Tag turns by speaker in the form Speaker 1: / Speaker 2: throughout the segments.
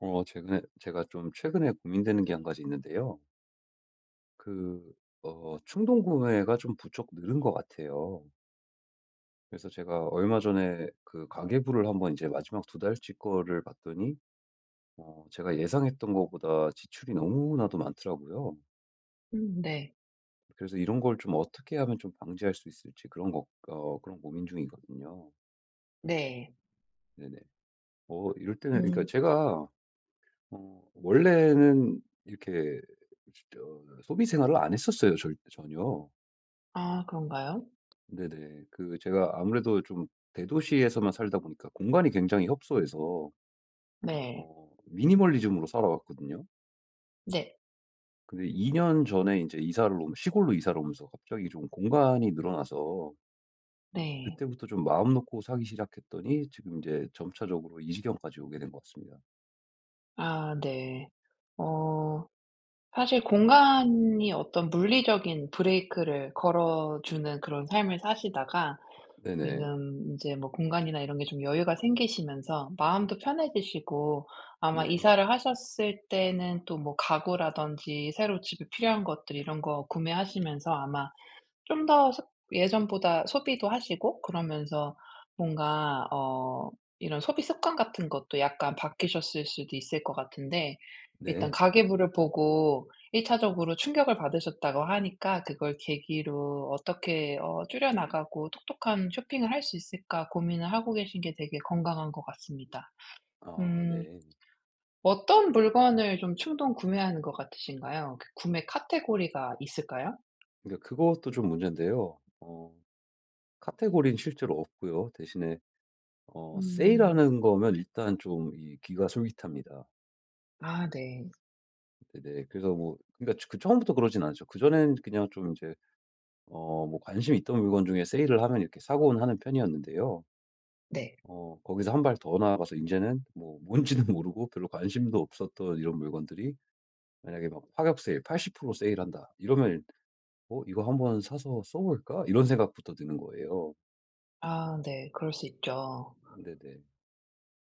Speaker 1: 최근에 제가 좀 최근에 고민되는 게 한 가지 있는데요. 그 충동 구매가 좀 부쩍 늘은 것 같아요. 그래서 제가 얼마 전에 그 가계부를 한번 이제 마지막 2달치 거를 봤더니 제가 예상했던 거보다 지출이 너무나도 많더라고요.
Speaker 2: 네.
Speaker 1: 그래서 이런 걸 좀 어떻게 하면 좀 방지할 수 있을지 그런 거 그런 고민 중이거든요.
Speaker 2: 네.
Speaker 1: 네네. 이럴 때는 그러니까
Speaker 2: 음.
Speaker 1: 제가 원래는 이렇게 소비 생활을 안 했었어요 절 전혀.
Speaker 2: 아 그런가요?
Speaker 1: 네네. 그 제가 아무래도 좀 대도시에서만 살다 보니까 공간이 굉장히 협소해서
Speaker 2: 네.
Speaker 1: 미니멀리즘으로 살아왔거든요.
Speaker 2: 네.
Speaker 1: 근데 2년 전에 이제 이사를 오면 시골로 이사를 오면서 갑자기 좀 공간이 늘어나서
Speaker 2: 네.
Speaker 1: 그때부터 좀 마음 놓고 사기 시작했더니 지금 이제 점차적으로 이 지경까지 오게 된 것 같습니다.
Speaker 2: 아 네. 어 사실 공간이 어떤 물리적인 브레이크를 걸어 주는 그런 삶을 사시다가
Speaker 1: 네네.
Speaker 2: 지금 이제 뭐 공간이나 이런 게 좀 여유가 생기시면서 마음도 편해지시고 아마
Speaker 1: 네.
Speaker 2: 이사를 하셨을 때는 또 뭐 가구라든지 새로 집에 필요한 것들 이런 거 구매하시면서 아마 좀 더 예전보다 소비도 하시고 그러면서 뭔가 이런 소비 습관 같은 것도 약간 바뀌셨을 수도 있을 것 같은데 일단
Speaker 1: 네.
Speaker 2: 가계부를 보고 1 차적으로 충격을 받으셨다고 하니까 그걸 계기로 어떻게 줄여 나가고 똑똑한 쇼핑을 할 수 있을까 고민을 하고 계신 게 되게 건강한 것 같습니다.
Speaker 1: 아
Speaker 2: 음
Speaker 1: 네.
Speaker 2: 어떤 물건을 좀 충동 구매하는 것 같으신가요? 그 구매 카테고리가 있을까요?
Speaker 1: 그러니까 그것도 좀 문제인데요. 카테고리는 실제로 없고요. 대신에
Speaker 2: 음.
Speaker 1: 세일하는 거면 일단 좀 이 귀가 솔깃합니다.
Speaker 2: 아 네.
Speaker 1: 네네. 그래서 뭐 그러니까 그 처음부터 그러진 않죠. 그전엔 그냥 좀 이제 뭐 관심 있던 물건 중에 세일을 하면 이렇게 사고는 하는 편이었는데요.
Speaker 2: 네.
Speaker 1: 거기서 한 발 더 나아가서 이제는 뭐 뭔지는 모르고 별로 관심도 없었던 이런 물건들이 만약에 막 "파격 세일 80% 세일한다." 이러면 '어 이거 한번 사서 써 볼까?' 이런 생각부터 드는 거예요.
Speaker 2: 아 네. 그럴 수 있죠.
Speaker 1: 네네.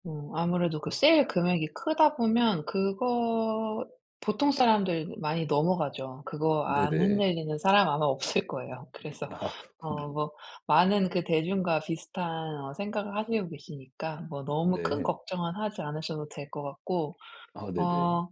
Speaker 2: 아무래도 그 세일 금액이 크다 보면 그거 보통 사람들 많이 넘어가죠. 그거 안
Speaker 1: 네네.
Speaker 2: 흔들리는 사람 아마 없을 거예요. 그래서
Speaker 1: 아 그렇군요.
Speaker 2: 뭐 많은 그 대중과 비슷한 생각을 하시고 계시니까 뭐 너무 큰
Speaker 1: 네.
Speaker 2: 걱정은 하지 않으셔도 될 것 같고.
Speaker 1: 아 네네.
Speaker 2: 어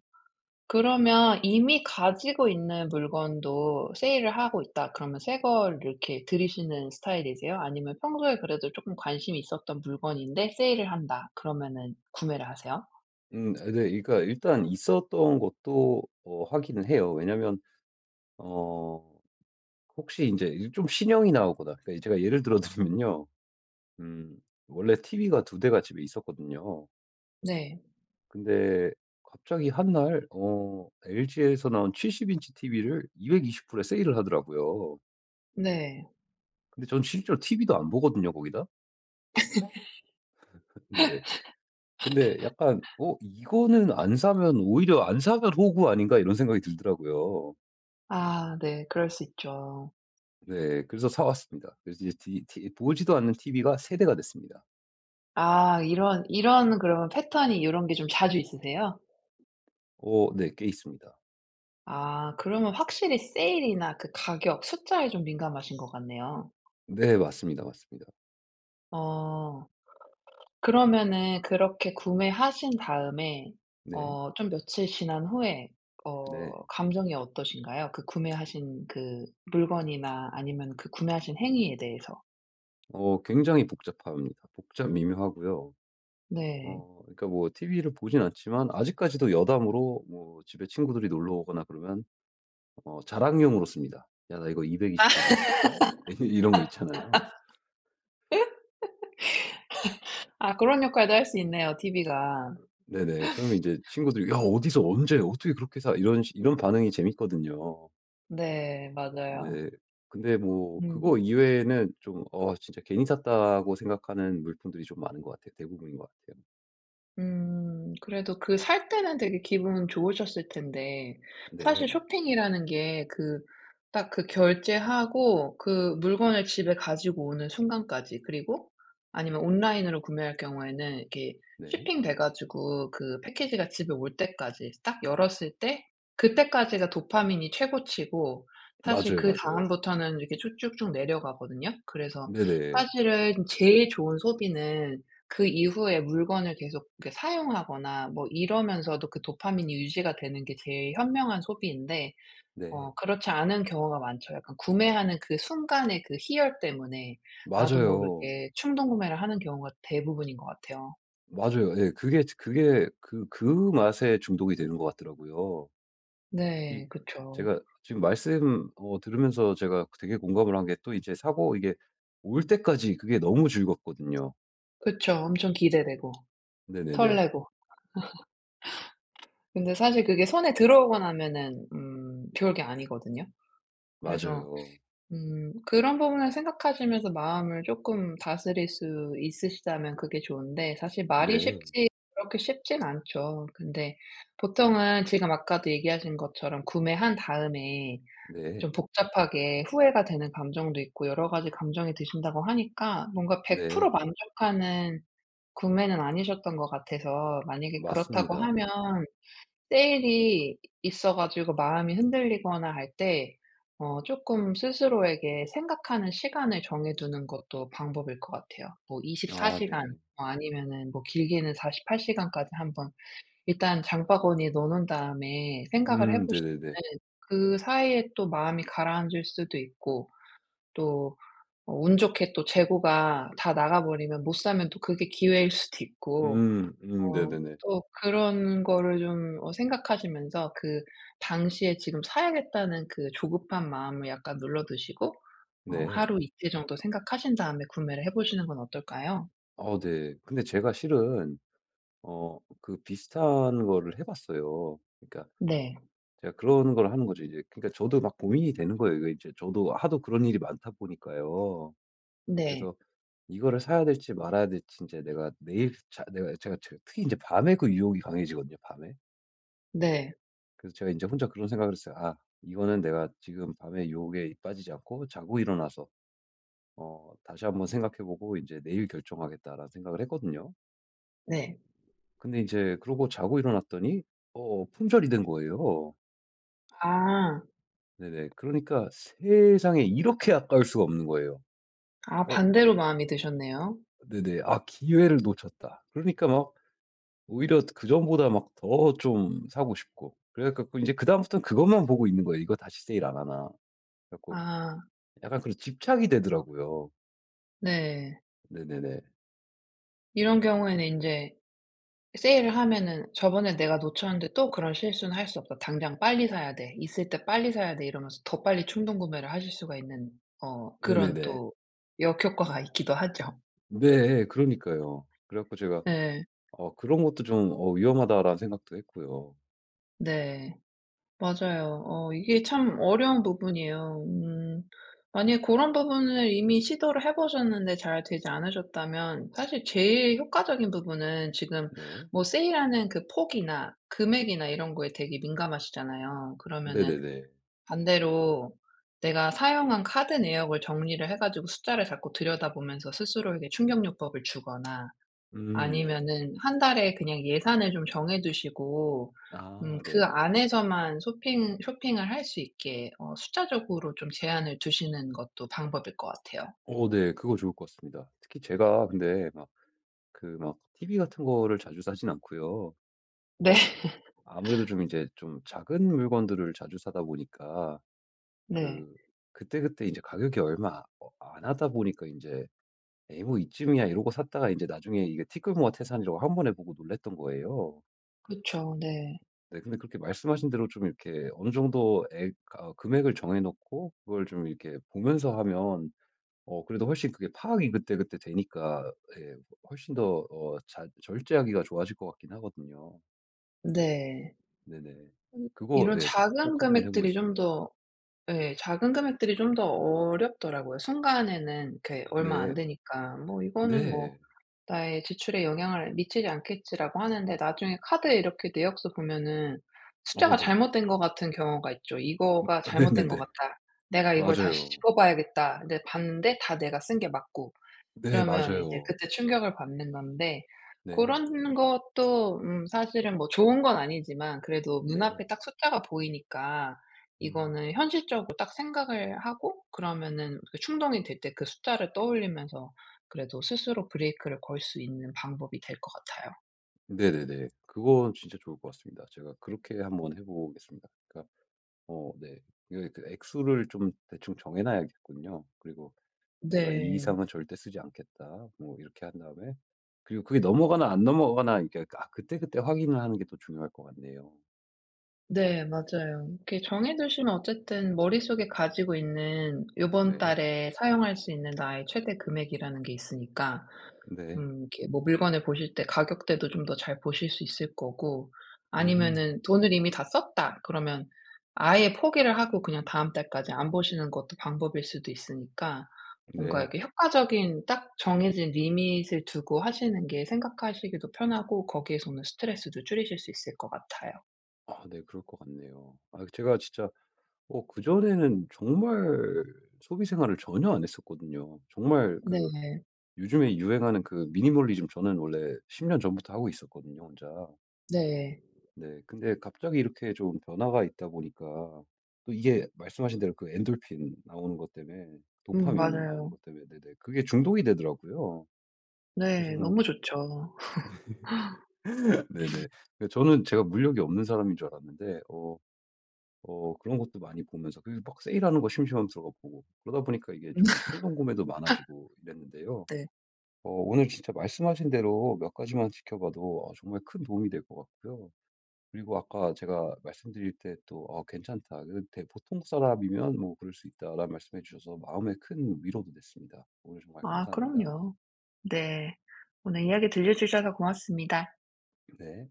Speaker 2: 그러면 이미 가지고 있는 물건도 세일을 하고 있다 그러면 새 걸 이렇게 들이시는 스타일이세요? 아니면 평소에 그래도 조금 관심이 있었던 물건인데 세일을 한다 그러면은 구매를 하세요?
Speaker 1: 아 네. 그러니까 일단 있었던 것도 확인을 해요. 왜냐면 어 혹시 인제 좀 신형이 나오거나 그러니까 제가 예를 들어 드리면요. 음 원래 TV가 두 대가 집에 있었거든요.
Speaker 2: 네.
Speaker 1: 근데 갑자기 한 날 LG에서 나온 70 인치 TV를 220 불에 세일을 하더라고요.
Speaker 2: 네.
Speaker 1: 근데 전 실제로 TV도 안 보거든요, 거기다. 네네. 근데 약간 '어 이거는 안 사면 오히려 안 사면 호구 아닌가?' 이런 생각이 들더라고요.
Speaker 2: 아 네. 그럴 수 있죠.
Speaker 1: 네. 그래서 사 왔습니다. 그래서 이제 디 티 보지도 않는 TV가 3 대가 됐습니다.
Speaker 2: 아 이런 그러면 패턴이 요런 게 좀 자주 있으세요?
Speaker 1: 네 꽤 있습니다.
Speaker 2: 아 그러면 확실히 세일이나 그 가격 숫자에 좀 민감하신 것 같네요.
Speaker 1: 네 맞습니다, 맞습니다.
Speaker 2: 어. 그러면은 그렇게 구매하신 다음에
Speaker 1: 네.
Speaker 2: 좀 며칠 지난 후에
Speaker 1: 네.
Speaker 2: 감정이 어떠신가요? 그 구매하신 그 물건이나 아니면 그 구매하신 행위에 대해서.
Speaker 1: 굉장히 복잡합니다. 복잡 미묘하고요.
Speaker 2: 네.
Speaker 1: 그러니까 뭐 TV를 보진 않지만 아직까지도 여담으로 뭐 집에 친구들이 놀러 오거나 그러면 자랑용으로 씁니다. "야 나 이거
Speaker 2: 아.
Speaker 1: 220불 주고 샀다." 이런 거 있잖아요.
Speaker 2: 아 그런 역할도 할 수 있네요 TV가.
Speaker 1: 네네. 그러면 이제 친구들이 "야 어디서 언제 어떻게 그렇게 사?" 이런 반응이 재밌거든요.
Speaker 2: 네 맞아요.
Speaker 1: 네. 근데 뭐 그거
Speaker 2: 음.
Speaker 1: 이외에는 좀 진짜 괜히 샀다고 생각하는 물품들이 좀 많은 것 같아요. 대부분인 것 같아요.
Speaker 2: 음. 그래도 그 살 때는 되게 기분 좋으셨을 텐데 사실
Speaker 1: 네.
Speaker 2: 쇼핑이라는 게 그 딱 그 결제하고 그 물건을 집에 가지고 오는 순간까지 그리고 아니면 온라인으로 구매할 경우에는 이렇게
Speaker 1: 네.
Speaker 2: 쇼핑돼 가지고 그 패키지가 집에 올 때까지 딱 열었을 때 그때까지가 도파민이 최고치고 사실
Speaker 1: 맞아요, 맞아요.
Speaker 2: 그다음부터는 이렇게 쭉쭉쭉 내려가거든요. 그래서
Speaker 1: 네네.
Speaker 2: 사실은 제일 좋은 소비는 그 이후에 물건을 계속 이렇게 사용하거나 뭐 이러면서도 그 도파민이 유지가 되는 게 제일 현명한 소비인데
Speaker 1: 네.
Speaker 2: 그렇지 않은 경우가 많죠. 약간 구매하는 그 순간의 그 희열 때문에 나도
Speaker 1: 맞아요.
Speaker 2: 모르게 충동 구매를 하는 경우가 대부분인 것 같아요.
Speaker 1: 맞아요. 예. 그게 그 맛에 중독이 되는 것 같더라고요. 특히
Speaker 2: 네. 그쵸.
Speaker 1: 제가 지금 말씀 들으면서 제가 되게 공감을 한 게 또 이제 사고 이게 올 때까지 그게 너무 즐겁거든요.
Speaker 2: 그쵸. 엄청 기대되고
Speaker 1: 네네네.
Speaker 2: 설레고. 근데 사실 그게 손에 들어오고 나면은 좋을 게 아니거든요. 그래서
Speaker 1: 맞아요.
Speaker 2: 그런 부분을 생각하시면서 마음을 조금 다스릴 수 있으시다면 그게 좋은데 사실 말이
Speaker 1: 네.
Speaker 2: 쉽지 그렇게 쉽진 않죠. 근데 보통은 지금 아까도 얘기하신 것처럼 구매한 다음에
Speaker 1: 네.
Speaker 2: 좀 복잡하게 후회가 되는 감정도 있고 여러 가지 감정이 드신다고 하니까 뭔가 100%
Speaker 1: 네.
Speaker 2: 만족하는 구매는 아니셨던 것 같아서 만약에 그렇다고
Speaker 1: 맞습니다.
Speaker 2: 하면 세일이 있어 가지고 마음이 흔들리거나 할 때어금 스스로에게 생각하는 시간을 정해 두는 것도 방법일 것 같아요. 뭐 24
Speaker 1: 아
Speaker 2: 시간
Speaker 1: 네.
Speaker 2: 뭐 아니면은 뭐 길게는 48 시간까지 한번 일단 장바구니에 넣어 놓은 다음에 생각을 해
Speaker 1: 네네네.
Speaker 2: 보시면은 그 사이에 또 마음이 가라앉을 수도 있고 또 운 좋게 또 재고가 다 나가 버리면 못 사면 또 그게 기회일 수도 있고
Speaker 1: 음.
Speaker 2: 어
Speaker 1: 네네네.
Speaker 2: 또 그런 거를 좀 생각하시면서 그 당시에 '지금 사야겠다.'는 그 조급한 마음을 약간 눌러두시고
Speaker 1: 네.
Speaker 2: 하루 이틀 정도 생각하신 다음에 구매를 해 보시는 건 어떨까요?
Speaker 1: 네. 근데 제가 실은 그 비슷한 거를 해 봤어요. 그러니까
Speaker 2: 네.
Speaker 1: 제가 그런 걸 하는 거죠 이제. 그러니까 저도 막 고민이 되는 거예요. 이거 이제 저도 하도 그런 일이 많다 보니까요.
Speaker 2: 네.
Speaker 1: 그래서 이거를 사야 될지 말아야 될지 이제 내가 내일 자 내가 제가 제 특히 이제 밤에 그 유혹이 강해지거든요, 밤에.
Speaker 2: 네.
Speaker 1: 그래서 제가 이제 혼자 그런 생각을 했어요. '아 이거는 내가 지금 밤에 유혹에 빠지지 않고 자고 일어나서 어 다시 한번 생각해 보고 이제 내일 결정하겠다.'라는 생각을 했거든요.
Speaker 2: 네.
Speaker 1: 근데 이제 그러고 자고 일어났더니 품절이 된 거예요.
Speaker 2: 아.
Speaker 1: 네네. 그러니까 세상에 이렇게 아까울 수가 없는 거예요.
Speaker 2: 아
Speaker 1: 어
Speaker 2: 반대로 마음이 드셨네요.
Speaker 1: 네네. '아 기회를 놓쳤다.' 그러니까 막 오히려 그전보다 막 더 좀 사고 싶고 그래 갖고 이제 그다음부터는 그것만 보고 있는 거예요. '이거 다시 세일 안 하나.' 그래 갖고
Speaker 2: 아
Speaker 1: 약간 그런 집착이 되더라고요.
Speaker 2: 네.
Speaker 1: 네네네.
Speaker 2: 이런 경우에는 인제 세일을 하면은 '저번에 내가 놓쳤는데 또 그런 실수는 할 수 없다. 당장 빨리 사야 돼. 있을 때 빨리 사야 돼.' 이러면서 더 빨리 충동 구매를 하실 수가 있는 그런
Speaker 1: 네네네.
Speaker 2: 또 역효과가 있기도 하죠.
Speaker 1: 네. 그러니까요. 그래 갖고 제가
Speaker 2: 네,
Speaker 1: '그런 것도 좀 어 위험하다.'라는 생각도 했고요.
Speaker 2: 네. 맞아요. 이게 참 어려운 부분이에요. 만약에 고런 부분을 이미 시도를 해 보셨는데 잘 되지 않으셨다면 사실 제일 효과적인 부분은 지금
Speaker 1: 네.
Speaker 2: 뭐 세일하는 그 폭이나 금액이나 이런 거에 되게 민감하시잖아요. 그러면은
Speaker 1: 네네네.
Speaker 2: 반대로 내가 사용한 카드 내역을 정리를 해 가지고 숫자를 자꾸 들여다보면서 스스로에게 충격요법을 주거나
Speaker 1: 네.
Speaker 2: 아니면은 한 달에 그냥 예산을 좀 정해 두시고
Speaker 1: 아
Speaker 2: 그
Speaker 1: 네.
Speaker 2: 안에서만 쇼핑을 할 수 있게 숫자적으로 좀 제한을 두시는 것도 방법일 것 같아요.
Speaker 1: 네. 그거 좋을 것 같습니다. 특히 제가 근데 막 TV 같은 거를 자주 사진 않고요.
Speaker 2: 네.
Speaker 1: 어 아무래도 좀 이제 좀 작은 물건들을 자주 사다 보니까
Speaker 2: 네.
Speaker 1: 그 그때그때 이제 가격이 얼마 안 하다 보니까 이제 '에이 뭐 이쯤이야.' 이러고 샀다가 이제 나중에 이게 티끌모아 태산이라고 한 번에 보고 놀랐던 거예요.
Speaker 2: 그죠 네.
Speaker 1: 네 근데 그렇게 말씀하신 대로 좀 이렇게 어느 정도 액 아 금액을 정해 놓고 그걸 좀 이렇게 보면서 하면 그래도 훨씬 그게 파악이 그때그때 되니까 예 훨씬 더 절제하기가 좋아질 것 같긴 하거든요.
Speaker 2: 네.
Speaker 1: 네네. 그거
Speaker 2: 이런
Speaker 1: 예 꼭
Speaker 2: 작은
Speaker 1: 꼭 한번 해
Speaker 2: 금액들이 좀
Speaker 1: 보겠습니다.
Speaker 2: 더 예. 작은 금액들이 좀 더 어렵더라고요. 순간에는 그 얼마 안
Speaker 1: 네.
Speaker 2: 되니까 '뭐 이거는 뭐
Speaker 1: 네.
Speaker 2: 나의 지출에 영향을 미치지 않겠지.'라고 하는데 나중에 카드에 이렇게 내역서 보면은 숫자가
Speaker 1: 네.
Speaker 2: 잘못된 것 같은 경우가 있죠. '이거가 잘못된 것
Speaker 1: 네네네.
Speaker 2: 같다. 내가 이걸 다시
Speaker 1: 맞아요.
Speaker 2: 짚어 봐야겠다.' 근데 봤는데 다 내가 쓴 게 맞고.
Speaker 1: 네
Speaker 2: 그러면 이제
Speaker 1: 맞아요.
Speaker 2: 그때 충격을 받는 건데 그
Speaker 1: 네.
Speaker 2: 런 것도 사실은 뭐 좋은 건 아니지만 그래도
Speaker 1: 네.
Speaker 2: 눈앞에 딱 숫자가 보이니까
Speaker 1: 음.
Speaker 2: 이거는 현실적으로 딱 생각을 하고 그러면은 그 충동이 들 때 그 숫자를 떠올리면서 그래도 스스로 브레이크를 걸 수 있는 방법이 될 것 같아요.
Speaker 1: 네네네. 그건 진짜 좋을 것 같습니다. 제가 그렇게 한번 해 보겠습니다. 그러니까 네. 이그 액수를 좀 대충 정해 놔야겠군요. 그리고 '내가 이
Speaker 2: 네.
Speaker 1: 이상은 절대 쓰지 않겠다.' 뭐 이렇게 한 다음에 그리고 그게 넘어가나 안 넘어가나 이렇게 아 그때그때 확인을 하는 게 또 중요할 것 같네요.
Speaker 2: 네 맞아요. 이렇게 정해 두시면 어쨌든 머릿속에 가지고 있는 요번
Speaker 1: 네.
Speaker 2: 달에 사용할 수 있는 나의 최대 금액이라는 게 있으니까
Speaker 1: 네.
Speaker 2: 이렇게 뭐 물건을 보실 때 가격대도 좀 더 잘 보실 수 있을 거고
Speaker 1: 음.
Speaker 2: 아니면은 돈을 이미 다 썼다 그러면 아예 포기를 하고 그냥 다음 달까지 안 보시는 것도 방법일 수도 있으니까 뭔가
Speaker 1: 네.
Speaker 2: 이렇게 효과적인 딱 정해진 리밋을 두고 하시는 게 생각하시기도 편하고 거기에서 오는 스트레스도 줄이실 수 있을 것 같아요.
Speaker 1: 아 네. 그럴 것 같네요. 아 제가 진짜 그전에는 정말 소비 생활을 전혀 안 했었거든요. 정말 그
Speaker 2: 네.
Speaker 1: 요즘에 유행하는 그 미니멀리즘 저는 원래 10년 전부터 하고 있었거든요 혼자.
Speaker 2: 네.
Speaker 1: 네. 근데 갑자기 이렇게 좀 변화가 있다 보니까 또 이게 말씀하신 대로 그 엔돌핀 나오는 것 때문에 도파민 나오는
Speaker 2: 맞아요.
Speaker 1: 것 때문에 네네 그게 중독이 되더라고요. 그래서
Speaker 2: 네.
Speaker 1: 뭐
Speaker 2: 너무 좋죠.
Speaker 1: 네네. 그 저는 제가 물욕이 없는 사람인 줄 알았는데 그런 것도 많이 보면서 그 막 세일하는 거 심심하면 들어가 보고 그러다 보니까 이게 좀 충동 구매도 많아지고 이랬는데요.
Speaker 2: 네.
Speaker 1: 오늘 진짜 말씀하신 대로 몇 가지만 지켜봐도 정말 큰 도움이 될 것 같고요. 그리고 아까 제가 말씀드릴 때 또 "어 괜찮다. 그 대 보통 사람이면 뭐 그럴 수 있다."라는 말씀해 주셔서 마음에 큰 위로도 됐습니다. 오늘 정말
Speaker 2: 아
Speaker 1: 감사합니다.
Speaker 2: 그럼요. 네. 오늘 이야기 들려 주셔서 고맙습니다.
Speaker 1: 네.